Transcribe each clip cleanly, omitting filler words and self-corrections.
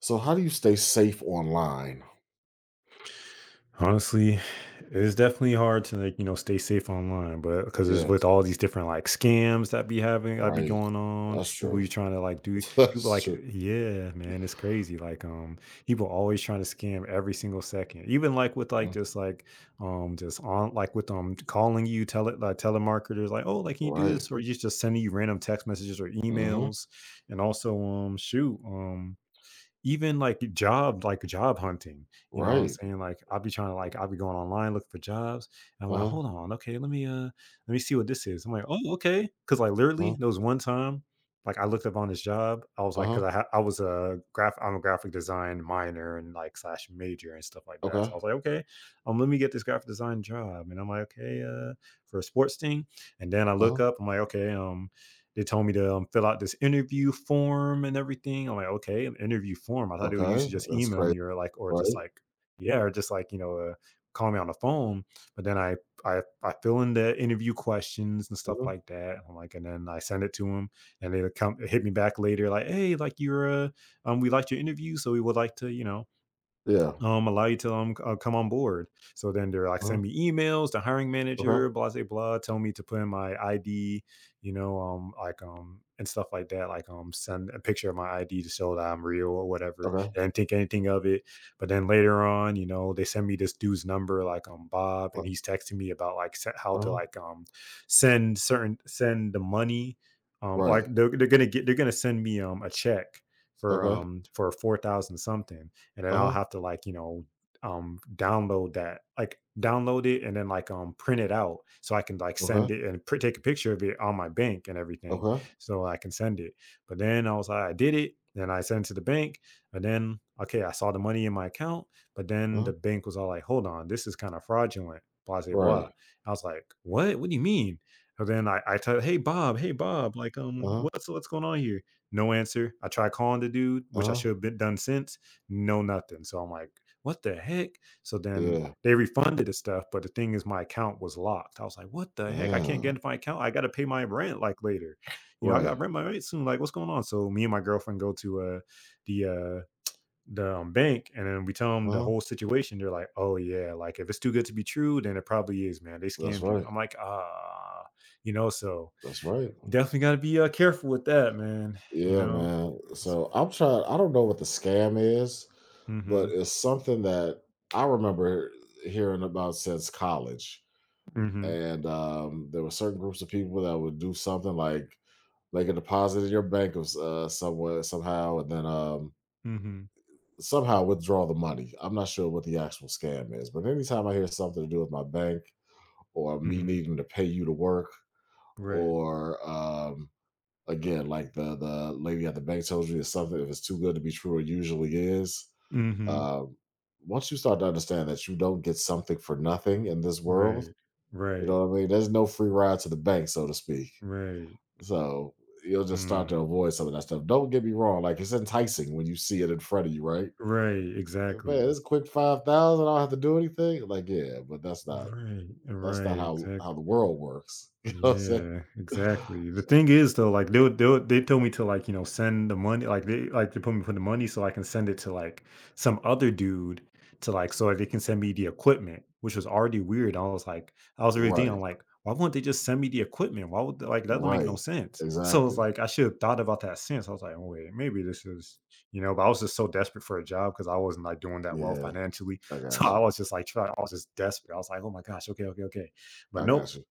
So how do you stay safe online? Honestly, it's definitely hard to like, stay safe online, but because it's Yeah, with all these different like scams that be having, that be right. going on. That's People be true. trying to like do people That's like, true. yeah, man, it's crazy. Like, people always trying to scam every single second. Even like with Mm. Like, just on like with calling you, telemarketers, like, oh, like can you do Right. this, or just sending you random text messages or Mhm. emails, and also shoot. Even, like, job hunting, you know what I'm Right. saying? Like, I'll be trying to, like I'll be going online looking for jobs, and I'm like, Uh-huh. "Hold on, okay, let me see what this is." I'm like, "Oh, okay, because like, literally, Uh-huh. there was one time, like, I looked up on this job, I was like, Uh-huh. because I'm a graphic design minor and, like, slash major and stuff like that, so I Okay. was like, "Okay, let me get this graphic design job," and I'm like, "Okay, for a sports team," and then I look Uh-huh. up, I'm like, "Okay" They told me to fill out this interview form and everything. I'm like, okay, an interview form. I thought they would usually Okay. just That's email crazy, me or like, right? Yeah, or just like call me on the phone. But then I fill in the interview questions and stuff Mhm. like that. I'm like, and then I send it to them, and they come hit me back later like, hey, like you're we liked your interview, so we would like to Yeah. Allow you to come on board. So then they're like, Uh-huh. send me emails, to hiring Okay. manager, blah, blah, blah, tell me to put in my ID, and stuff like that. Like, send a picture of my ID to show that I'm real or whatever. Okay. I didn't think anything of it. But then later on, they send me this dude's number, like, Bob, Uh, and he's texting me about like how to uh-huh. like, send the money. Um, Right. like they're they're gonna send me, a check Okay. For 4,000 something and then I'll Uh-huh. have to like download it and then like print it out so I can like send Okay. it and take a picture of it on my bank and everything Okay. so I can send it. But then I was like, I did it. Then I sent it to the bank, and then okay, I saw the money in my account, but then Uh-huh. the bank was all like, "Hold on, this is kind of fraudulent. Blah blah blah." Right. I was like, "What? What do you mean?" And then I tell, hey Bob, like Uh-huh. what's going on here?" No answer. I tried calling the dude, which I Uh-huh. should have been done since. No nothing. So I'm like, what the heck? So then Yeah. they refunded the stuff, but the thing is, my account was locked. I was like, what the heck? I can't get Damn. into my account. I got to pay my rent like later. You know, I got Right. to rent my rent soon. Like, what's going on? So me and my girlfriend go to the uh the bank and then we tell them the Uh-huh. whole situation. They're like, oh yeah, like if it's too good to be true, then it probably is, man. They That's scammed you. right. I'm like, ah, you know. So That's right. you definitely got to be careful with that, man. You Yeah, know. man. So I don't know what the scam is, Mm-hmm. but it's something that I remember hearing about since college. Mm-hmm. And there were certain groups of people that would do something like make a deposit in your bank of somewhere somehow, and then Mm-hmm. somehow withdraw the money. I'm not sure what the actual scam is, but anytime I hear something to do with my bank or me Mm-hmm. needing to pay you to work, Right. or again, like the lady at the bank told you, it's something if it's too good to be true, it usually is. Mhm. Uh, Once you start to understand that you don't get something for nothing in this world, Right. you Right. know what I mean? There's no free ride to the bank, so to speak. Right. So you'll just start to Mm. avoid some of that stuff. Don't get me wrong, like it's enticing when you see it in front of you, right? Right, Like, man, exactly. it's a quick 5,000, I don't have to do anything. Like, yeah, but that's not Right, that's not right, how exactly. the world works. You know what I'm saying? Yeah, exactly. The thing is though, like they told me to like, send the money like they put me for the money so I can send it to like some other dude to like so they can send me the equipment, which was already weird. I was like, I was really thinking, Right, I'm like, why wouldn't they just send me the equipment? Why would they, like that don't make no right, sense? So it's exactly. like I should have thought about that since. I was like, oh wait, maybe this is. But I was just so desperate for a job because I wasn't like doing that well Yeah, financially. I So got I you. was just like trying, I was just desperate. I was like, oh my gosh, okay, okay, okay. But I nope. got you.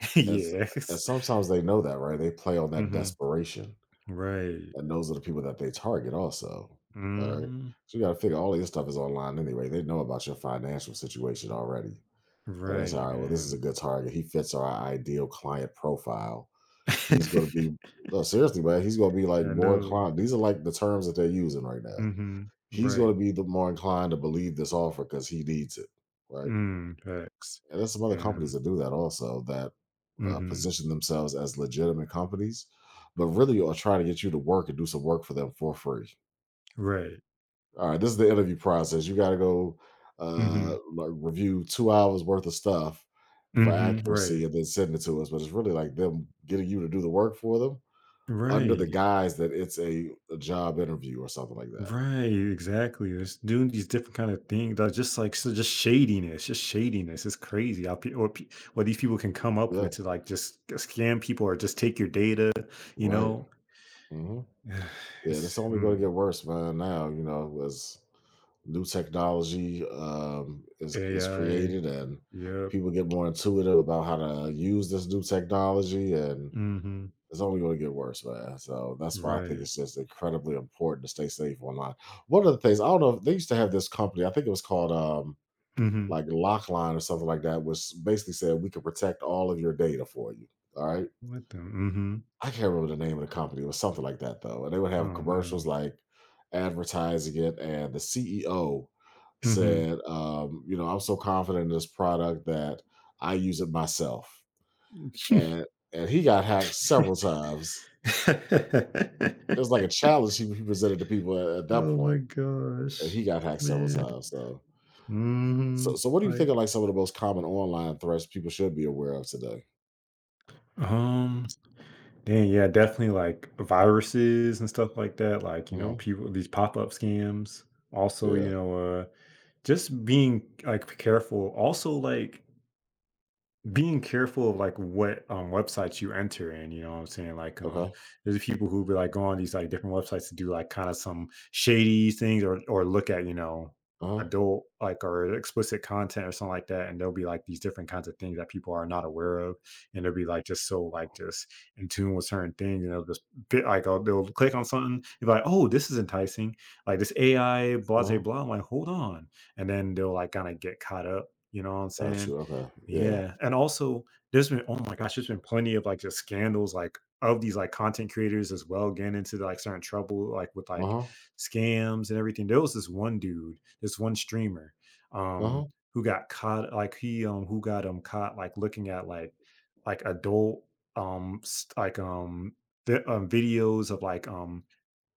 As and Yes. sometimes they know that, right? They play on that Mhm. desperation, Right. and those are the people that they target also, alright? Mhm. So, you gotta figure all of your stuff is online anyway. They know about your financial situation already, and they say, Right, "Alright, well, this is a man. good target. He fits our ideal client profile. He's gonna be." No, seriously, man, he's gonna be, like, I more know. inclined, these are, like, the terms that they're using right now. Mhm. He's gonna Right. be the more inclined to believe this offer because he needs it, right? Mm, facts. And there's some other companies And that do that also that Mhm. position themselves as legitimate companies, but really are trying to get you to work and do some work for them for free. Right. All right, this is the interview process. You got to go Mhm. like review 2 hours worth of stuff for Mhm. accuracy Right. and then send it to us. But it's really like them getting you to do the work for them under the Right. guise that it's a job interview or something like that. Right, exactly. It's doing these different kind of things that just like so just shadiness, just shadiness. It's crazy how what these people can come up Yeah, with to like just scam people or just take your data, you right. know? Hmm. Yeah, it's It's only going to get worse, man. Now you know, as new technology is AI. created and Yep. people get more intuitive about how to use this new technology, and Mm. Mhm. it's only going to get worse, man. So that's why I think Right. it's just incredibly important to stay safe online. One of the things, I don't know if they used to have this company. I think it was called Mm. Mhm. like Lockline or something like that, which basically said we can protect all of your data for you. All right, What the Mm. I can't remember the name of the company. It was something like that though, and they would Mhm. have Oh, no. commercials like advertising it, and the CEO Mhm. said, "You know, I'm so confident in this product that I use it myself," and he got hacked several times. It was like a challenge he presented to people at that Oh my point, and gosh, he got hacked several man. times. Mhm. So what do you think Like. are like some of the most common online threats people should be aware of today? Um Dang, yeah, definitely, like, viruses and stuff like that, like, Hmm. People these pop-up scams. Also, Yeah. Just being, like, careful. Also, like, being careful of like what websites you enter in, you know what I'm saying? Like, Okay. there's people who be like go on these like different websites to do like kind of some shady things or look at, Uh huh. adult like or explicit content or something like that, and there'll be like these different kinds of things that people are not aware of, and they'll be like just so like just in tune with certain things, and they'll just bit like, oh, they'll click on something and be like, oh, this is enticing, like this AI blah Uh blah huh. blah. I'm like, hold on. And then they'll like kind of get caught up, you know what I'm Got saying? you. Okay. Yeah. Yeah, and also there's been oh my gosh, there's been plenty of, like, just scandals, like, of these, like, content creators as well getting into, like, certain trouble, like, with, Uh like, huh. scams and everything. There was this one dude, this one streamer, Uh um, huh. who got caught, like, who got, caught, like, looking at, like adult, s like, vi videos of, like,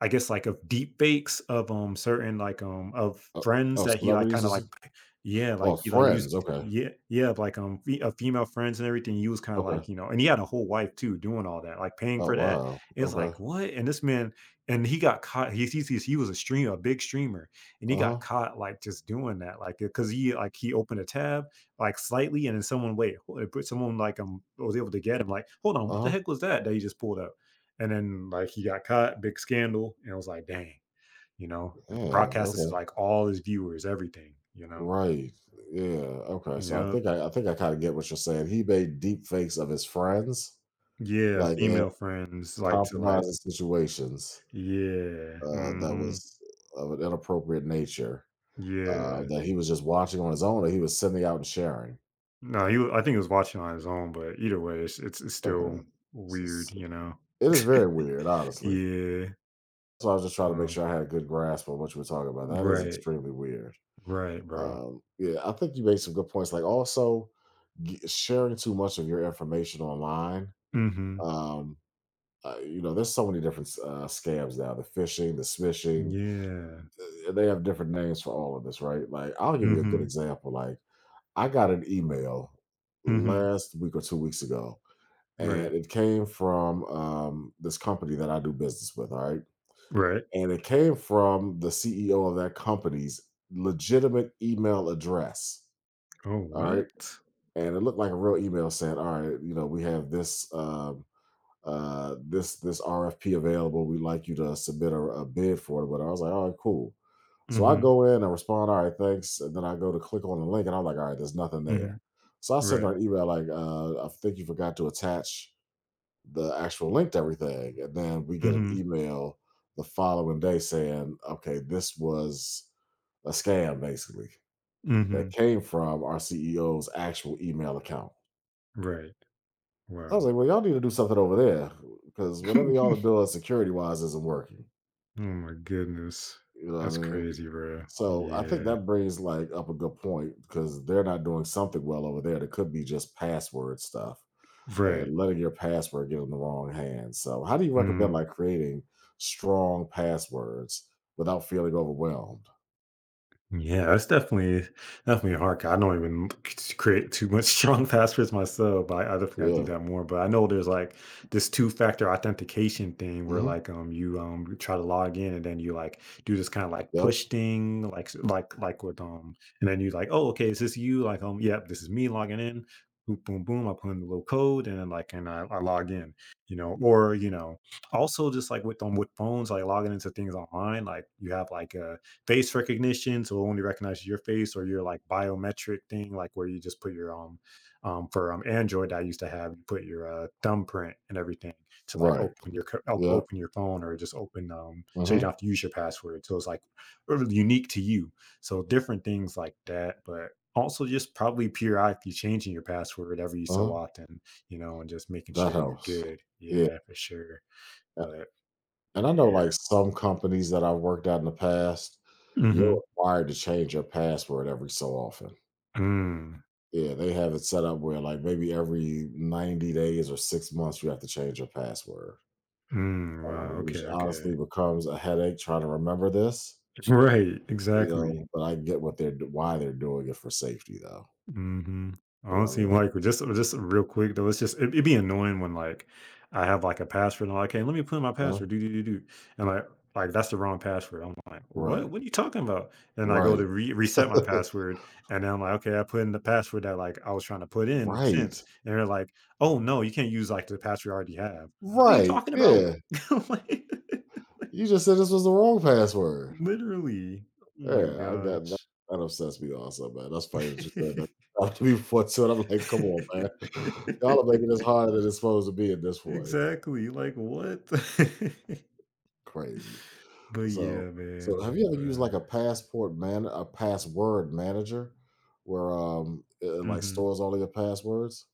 I guess, like, of deep fakes of, certain, like, of Oh, friends oh, that he, like, celebrities kinda, like or yeah, Oh, like, he, like, friends, used okay, yeah, yeah, of, like, fe female friends and everything, he was kinda, okay. like, and he had a whole wife too doing all that, like, paying Oh, for that. wow, It's okay. like, "What?" And this man and he got caught, he he's he was a streamer, a big streamer, and he Uh-huh, got caught, like, just doing that, like, because he, like he opened a tab, like, slightly, and then someone wait, who someone, like, was able to get him, like, "Hold on, what the uh-huh, heck was that that he just pulled up?" And then like he got caught, big scandal, and I was like, dang, you know, yeah, broadcast this is okay, like all his viewers, everything, you know. right, yeah, okay, so Yep. I think I kinda get what you're saying. He made deep fakes of his friends, Yeah, like, in female friends like to like compromising situations, yeah. That Mhm. was of an inappropriate nature, Yeah. that he was just watching on his own, that he was sending out and sharing. No, he, I think he was watching on his own, but either way, it's Okay. still S weird, s, you know. it is very weird, honestly. Yeah. So I was just trying to make Um, sure I had a good grasp on what you were talking about. That is right. extremely weird. Right, bro. Yeah, I think you made some good points. Like also g- sharing too much of your information online. Mhm. Um, you know, there's so many different scams now. The phishing, the smishing. Yeah. They have different names for all of this, right? Like I'll give you a good Mhm. example. Like I got an email Mhm. last week or 2 weeks ago, and Right. it came from this company that I do business with. All right, Right. and it came from the CEO of that company's legitimate email address. Oh, All right, what? and it looked like a real email saying, "All right, you know, we have this this RFP available. We'd like you to submit a bid for it." But I was like, "All right, cool." So I Mhm. go in and respond, "All right, thanks," and then I go to click on the link, and I'm like, "All right, there's nothing there." Mhm. So I send Right. her an email like, "I think you forgot to attach the actual link to everything," and then we get an Mhm. email the following day saying, "Okay, this was a scam, basically." That Hmm. came from our CEO's actual email account. Right. I was Wow. like, well, y'all need to do something over there because whatever Oh y'all are doing security wise isn't working. my goodness. You know what I That's mean? crazy, bro. So I think Yeah. that brings like up a good point because they're not doing something well over there. That could be just password stuff Right. and letting your password get in the wrong hands. So how do you recommend Mm. like creating strong passwords without feeling overwhelmed? Yeah, that's definitely definitely a hard. I don't even create too much strong passwords myself, but I definitely gotta do Yeah. that more. But I know there's like this two-factor authentication thing where Hmm. like you you try to log in and then you like do this kind of like Yep. push thing, like like with um. And then you like, oh, okay, is this you? Like, yep, this is me logging in. Boom, boom, boom. I put in the little code and then like and I log in, you know. Or you know, also just like with phones, like logging into things online, like you have like a face recognition, so it only recognize your face or your like biometric thing, like where you just put your for Android I used to have, you put your thumbprint and everything to like Right. open your Yep. open your phone or just open so you don't Hmm. have to use your password. So it's like really unique to you. So different things like that, but also just probably periodically changing your password every so Uh-huh. often, you know, and just making That sure you're helps. good. Yeah. Yeah, for sure. But And I know, yeah. like, some companies that I've worked at in the past, Mm-hmm. you're required to change your password every so often. Mm, Yeah, they have it set up where, like, maybe every 90 days or 6 months, you have to change your password, wow. Okay. which honestly Okay. becomes a headache trying to remember this, Right, you exactly. know, but I get what they're d why they're doing it, for safety though. Mhm. You know what Honestly, I mean? like, just real quick though, would be annoying when like I have like a password and I'm like, hey, let me put in my Huh? password, do do do do, and like that's the wrong password. I'm like, what? What are Right. you talking about? And I go Right. to reset my password, and then I'm like, okay, I put in the password that like I was trying to put in since, Right. and they're like, oh no, you can't use like the password I already have. What are you Right. talking about? Yeah. Like, You just said this was the wrong password. literally. Oh my Yeah, I got gosh. that upsets me also, man. That's funny that you said that. After we fought to it, I'm like, come on, man. Y'all are making this harder than it's supposed to be at this point. Exactly, like, what? Crazy. But So yeah, so man, have you ever used like uh a password manager where it, like, mhm. stores all of your passwords?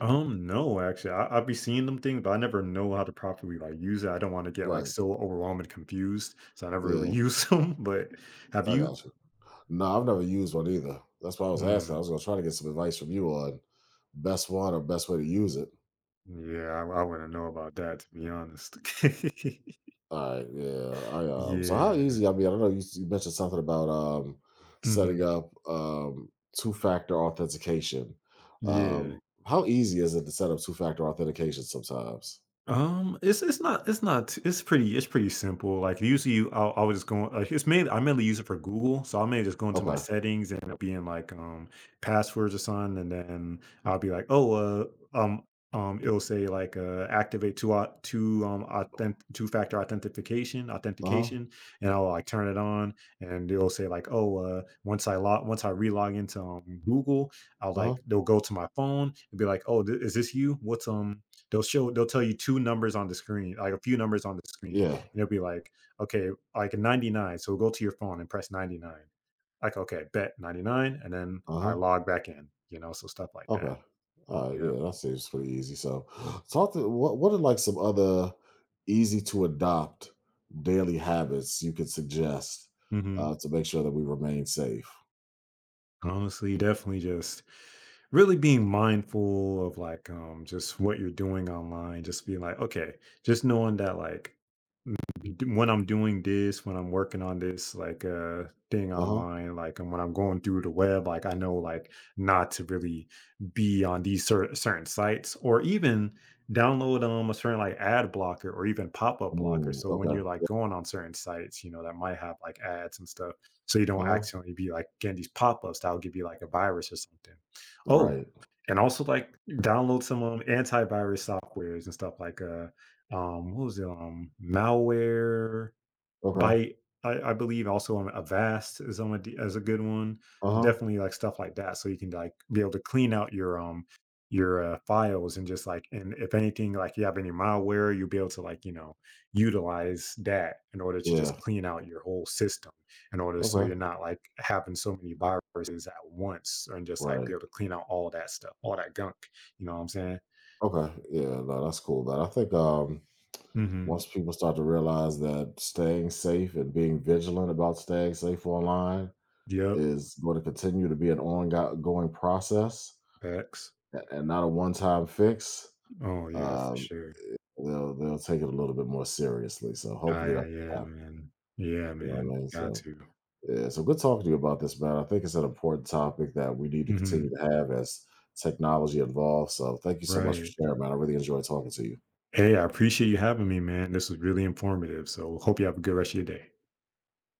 No, actually, I be seeing them things, but I never know how to properly, like, use it. I don't wanna get, like, Right. so overwhelmed and confused, so I never really Yeah, use them, but have I you? got you. No, I've never used one either. That's why I was asking. Hmm. I was gonna try to get some advice from you on best one or best way to use it. Yeah, I wouldn't know about that, to be honest. All right, yeah, I. So how Yeah. easy? I mean, I know you, s- you mentioned something about setting Mhm. up two factor authentication. Yeah. Um, how easy is it to set up two factor authentication sometimes? It's not it's not it's pretty it's pretty simple. Like usually, you, I'll I was just going like it's mainly I mainly use it for Google, so I may just go into my Okay. settings and it'll be in like passwords or something, and then I'll be like, oh, um, it'll say like activate two au- two authentic two factor authentication Uh huh. authentication, and I'll like turn it on, and it'll say like, oh, once I relog into Google, I'll Uh huh. like they'll go to my phone and be like, oh, is this you? What's They'll tell you 2 numbers on the screen, like a few numbers on the screen, Yeah. and it'll be like, "Okay, like 99." So go to your phone and press 99. Like, "Okay, bet 99," and then Uh I huh. log back in, you know, so stuff like that. Okay. All right. Yeah, Yep. that seems pretty easy. So, talk to what are like some other easy to adopt daily habits you could suggest Mhm. To make sure that we remain safe. Honestly, definitely just really being mindful of, like, just what you're doing online, just being like, "Okay," just knowing that, like, when I'm doing this, when I'm working on this like thing Uh huh. online, like and when I'm going through the web, like I know like not to really be on these certain sites or even download a certain like ad blocker or even pop-up blocker. Mm, So when you're okay. like going on certain sites, you know, that might have like ads and stuff. So you Uh don't huh. accidentally be like getting these pop-ups that'll give you like a virus or something. Oh, Right. and also like download some antivirus softwares and stuff like what was it? Malware Okay. byte, I believe also on Avast is on a, d- as a good one. Uh-huh. Definitely like stuff like that. So you can like be able to clean out your files and just like and if anything like you have any malware, you'll be able to like you know utilize that in order to Yeah. just clean out your whole system in order so Okay. you're not like having so many viruses at once and just like be Right. able to clean out all that stuff, all that gunk. You know what I'm saying? Okay. Yeah, no, that's cool, man. I think Mm-hmm. once people start to realize that staying safe and being vigilant about staying safe online Yep. is going to continue to be an ongoing process Facts. And not a one-time fix, Oh, yeah, for um, sure. they'll take it a little bit more seriously. So Ah, hopefully that yeah, yeah, happens. man. Yeah, You know man. what I mean? Got So to. yeah, so good talking to you about this, man. I think it's an important topic that we need to Mhm. continue to have as technology evolves. So thank you so much for Right. sharing, man. I really enjoyed talking to you. Hey, I appreciate you having me, man. This was really informative. So hope you have a good rest of your day.